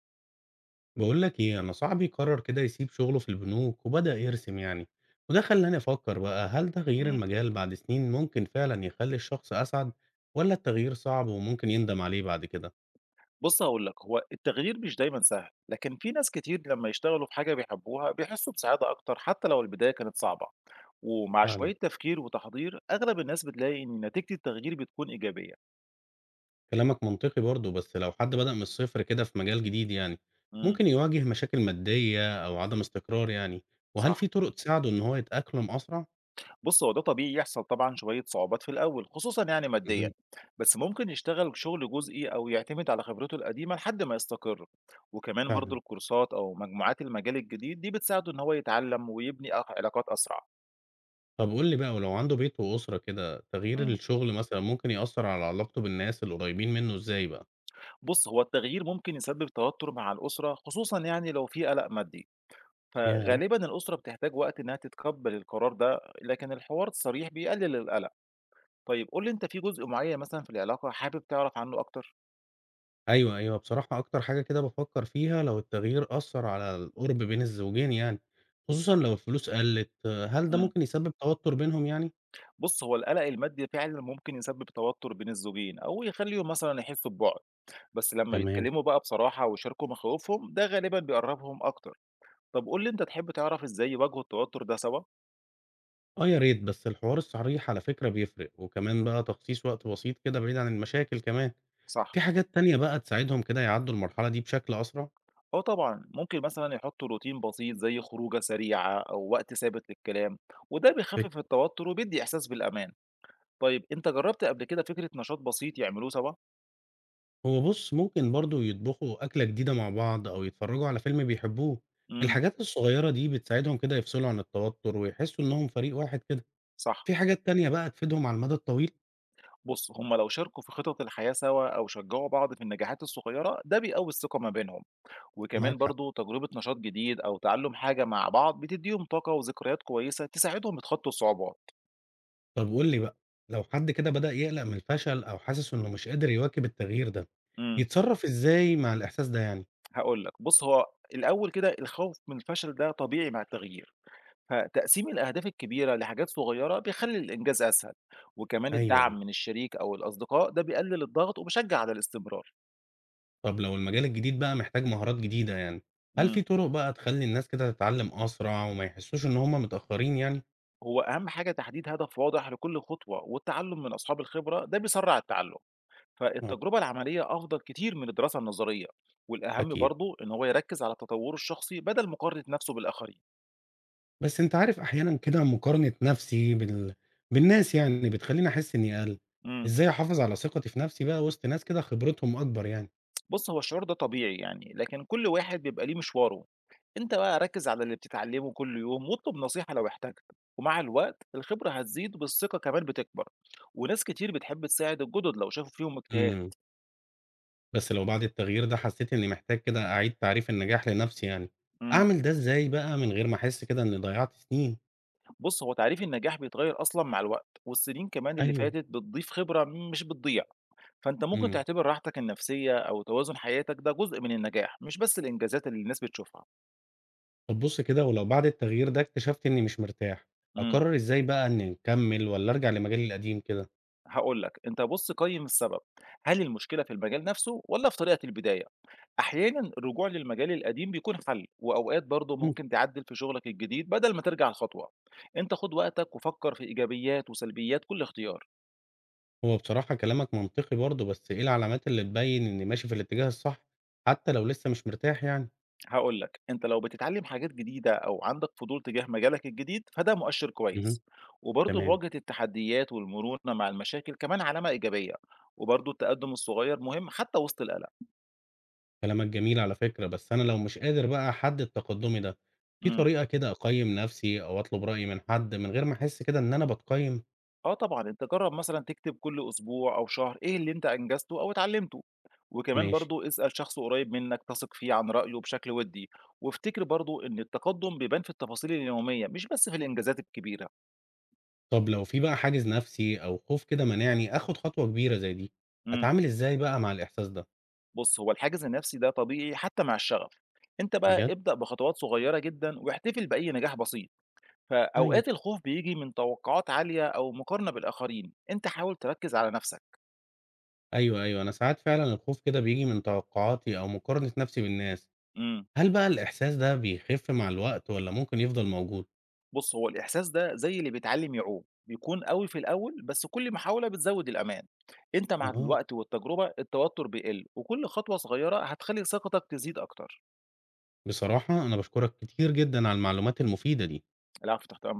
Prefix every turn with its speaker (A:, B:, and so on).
A: بقول لك ايه، انا صاحبي قرر كده يسيب شغله في البنوك وبدأ يرسم يعني. وده خلاني افكر بقى، هل تغيير
B: إمم.
A: المجال بعد سنين ممكن فعلا يخلي الشخص اسعد، ولا التغيير صعب وممكن يندم عليه بعد كده؟
B: بُص هاقول لك، هو التغيير مش دايمًا سهل، لكن في ناس كتير لمّا يشتغلوا في حاجة بيحبوها بيحسّوا بسعادة أكتر حتى لو البداية كانت صعبة، ومع
A: فعلا.
B: شوية تفكير وتحضير أغلب الناس بتلاقي إن نتيجة التغيير بتكون إيجابية.
A: كلامك منطقي برضه، بس لو حد بدأ من الصفر كده في مجال جديد يعني،
B: إمم،
A: ممكن يواجه مشاكل مادية او عدم استقرار يعني. وهل
B: صح.
A: في طرق تساعده ان هو يتأقلم اسرع؟
B: بُص هو ده طبيعي يحصل طبعًا شوية صعوبات في الأول، خصوصًا يعني ماديًا،
A: مهم.
B: بس ممكن يشتغل شغل جزئي أو يعتمد على خبرته القديمة لحد ما يستقر، وكمان برضه
A: فعلا.
B: الكورسات أو مجموعات المجال الجديد دي بتساعده إن هو يتعلم ويبني أق علاقات أسرع.
A: طب قول لي بقى، ولو عنده بيت وأسرة كده، تغيير
B: إمم.
A: الشغل مثلا ممكن يأثر على علاقته بالناس اللي قريبين منه ازاي بقى؟
B: بُص، هو التغيير ممكن يسبب توتر مع الأسرة، خصوصًا يعني لو في قلق مادي،
A: ياه!
B: فغالبًا الأسرة بتحتاج وقت إنها تتقبل القرار ده، لكن الحوار الصريح بيقلل القلق. طيب قُل لي أنت في جزء معين مثلًا في العلاقة حابب تعرف عنه أكتر؟
A: أيوه، أيوه. بصراحة أكتر حاجة كده بافكّر فيها، لو التغيير أثّر على القُرب بين الزوجين يعني، خصوصًا لو الفلوس قَلِّت، هل ده
B: إمم.
A: ممكن يسبب توتر بينهم يعني؟
B: بُص، هو القلق المادي فعلًا ممكن يسبب توتر بين الزوجين أو يخليهم مثلًا يحسوا ببُعد، بس لما
A: تمام.
B: بيتكلموا بقى بصراحة ويشاركوا مخاوفهم، ده غالبًا بيقربهم أكتر. طب قُل لي أنت تحب تعرف إزاي يواجهوا التوتر ده سوا؟
A: آه يا ريت، بس الحوار الصريح على فكرة بيفرق، وكمان بقى تخصيص وقت بسيط كده بعيد عن المشاكل كمان.
B: صح.
A: في حاجات تانية بقى تساعدهم كده يعدّوا المرحلة دي بشكل أسرع؟
B: آه طبعًا، ممكن مثلًا يحطوا روتين بسيط زي خروجة سريعة أو وقت ثابت للكلام، وده بيخفف
A: فكرة.
B: التوتر وبيدي إحساس بالأمان. طيب أنت جربت قبل كده فكرة نشاط بسيط يعملوه سوا؟
A: هو بُص، ممكن برضه يطبخوا أكلة جديدة مع بعض أو يتفرّجوا على فيلم بيحبوه،
B: إمم،
A: الحاجات الصغيرة دي بتساعدهم كده يفصلوا عن التوتر ويحسّوا إنّهم فريق واحد كده.
B: صح.
A: في حاجات تانية بقى تفيدهم على المدى الطويل.
B: بُص، هم لو شاركوا في خطط الحياة سوا أو شجعوا بعض في النجاحات الصغيرة، ده بيقوي الثقة ما بينهم. وكمان
A: معاك حق.
B: برضه تجربة نشاط جديد أو تعلم حاجة مع بعض بتديهم طاقة وذكريات كويسة تساعدهم يتخطوا الصعوبات.
A: طب قُل لي بقى، لو حد كده بدأ يقلق من الفشل أو حاسس إنه مش قادر يواكب التغيير ده،
B: إمم،
A: يتصرّف إزاي مع الإحساس ده يعني؟
B: هاقول لك، بُص هو الأول كده الخوف من الفشل ده طبيعي مع التغيير. فتقسيم الأهداف الكبيرة لحاجات صغيرة بيخلي الإنجاز أسهل وكمان
A: أيوه،
B: الدعم
A: أيوه.
B: من الشريك أو الأصدقاء ده بيقلل الضغط وبيشجع على الاستمرار
A: طب لو المجال الجديد بقى محتاج مهارات جديدة يعني، هل
B: مم.
A: في طُرق بقى تخلّي الناس كده تتعلّم أسرع وما يحسّوش إن هم متأخّرين يعني؟
B: هو أهم حاجة تحديد هدف واضح لكل خطوة والتعلم من أصحاب الخبرة ده بيسرع التعلم
A: آه،
B: فالتجربة العملية أفضل كتير من الدراسة النظرية والأهم
A: أكيد.
B: برضه إن هو يركز على تطوره الشخصي بدل مقارنة نفسه بالآخرين
A: بس أنت عارف، أحيانًا كده مقارنة نَفْسي بالناس يعني بتخلّيني أحس إنّي أقَل.
B: مم.
A: إزاي أحافظ على ثقتي في نَفْسي بقى وِسط ناس كده خبرتهم أكبر يعني؟
B: بُص، هو الشعور ده طبيعي يعني، لكن كل واحد بيبقى ليه مشواره. أنت بقى ركّز على اللي بتتعلمه كل يوم واطلب نصيحة لو احتجت، ومع الوقت الخبرة هتزيد والثقة كمان بتكبر، وناس كتير بتحب تساعد الجدد لو شافوا فيهم اجتهاد.
A: إمم. بس لو بعد التغيير ده حسيت إني محتاج كده أعيد تعريف النجاح لنفسي يعني،
B: إمم،
A: أعمل ده إزاي بقى من غير ما أحس كده إني ضيعت سنين؟
B: بُص هو تعريف النجاح بيتغير أصلًا مع الوقت، والسنين كمان اللي
A: أيوه،
B: فاتت بتضيف خبرة مش بتضيع، فأنت ممكن
A: إمم،
B: تعتبر راحتك النفسية أو توازن حياتك ده جزء من النجاح، مش بس الإنجازات اللي الناس بتشوفها.
A: طب بُص كده ولو بعد التغيير ده اكتشفت إني مش مرتاح،
B: إمم.
A: أقرر إزاي بقى إني أكمل والّا أرجع لمجالي القديم كده؟
B: هاقول لك، أنت بُص قيّم السبب، هل المشكلة في المجال نفسه والّا في طريقة البداية؟ أحيانًا الرجوع للمجال القديم بيكون حل، وأوقات برضه
A: إمم،
B: ممكن تعدِّل في شغلك الجديد بدل ما ترجع الخطوة، أنت خُد وقتك وفكّر في إيجابيات وسلبيات كل اختيار،
A: هو بصراحة كلامك منطقي برضه، بس إيه العلامات اللي تبين إني ماشي في الاتجاه الصح، حتى لو لسه مش مرتاح يعني؟
B: هاقول لك، أنت لو بتتعلم حاجات جديدة أو عندك فضول تجاه مجالك الجديد فده مؤشر
A: اهم،
B: كويس، وبرضه
A: تمام.
B: مواجهة التحديات والمرونة مع المشاكل كمان علامة إيجابية، وبرضه التقدُّم الصغير مهم حتى وسط القلق.
A: كلامك جميل على فكرة، بس أنا لو مش قادر بقى أحدد تقدمي ده، في
B: إمم.
A: طريقة كده أقيم نفسي أو أطلب رأي من حد من غير ما أحس كده إن أنا باتقيم؟
B: آه طبعًا، أنت جرّب مثلًا تكتب كل أسبوع أو شهر إيه اللي أنت أنجزته أو اتعلمته، وكمان
A: ماشي،
B: برضه اسأل شخص قريب منك تثق فيه عن رأيه بشكل ودي، وافتكر برضه إن التقدم بيبان في التفاصيل اليومية مش بس في الإنجازات الكبيرة.
A: طب لو في بقى حاجز نفسي أو خوف كده مانعني آخد خطوة كبيرة زي دي،
B: إمم،
A: أتعامل إزاي بقى مع الإحساس ده؟
B: بُص هو الحافز النفسي ده طبيعي حتى مع الشغف، أنت بقى
A: بجد؟
B: ابدأ بخطوات صغيرة جدًا واحتفل بأي نجاح بسيط،
A: طيب،
B: فأوقات الخوف بييجي من توقعات عالية أو مقارنة بالآخرين، أنت حاول تركز على نفسك.
A: أيوه، أيوه، أنا ساعات فعلًا الخوف كده بييجي من توقعاتي أو مقارنة نفسي بالناس،
B: إمم.
A: هل بقى الإحساس ده بيخف مع الوقت والّا ممكن يفضل موجود؟
B: بُص، هو الإحساس ده زي اللي بيتعلم يعوم، بيكون قوي في الأول، بس كل محاولة بتزود الأمان. أنت مع
A: آه،
B: الوقت والتجربة التوتر بيقل، وكل خطوة صغيرة هتخلي ثقتك تزيد أكتر.
A: بصراحة أنا باشكرك كتير جدًا على المعلومات المفيدة دي.
B: العفو، تحت أمرك.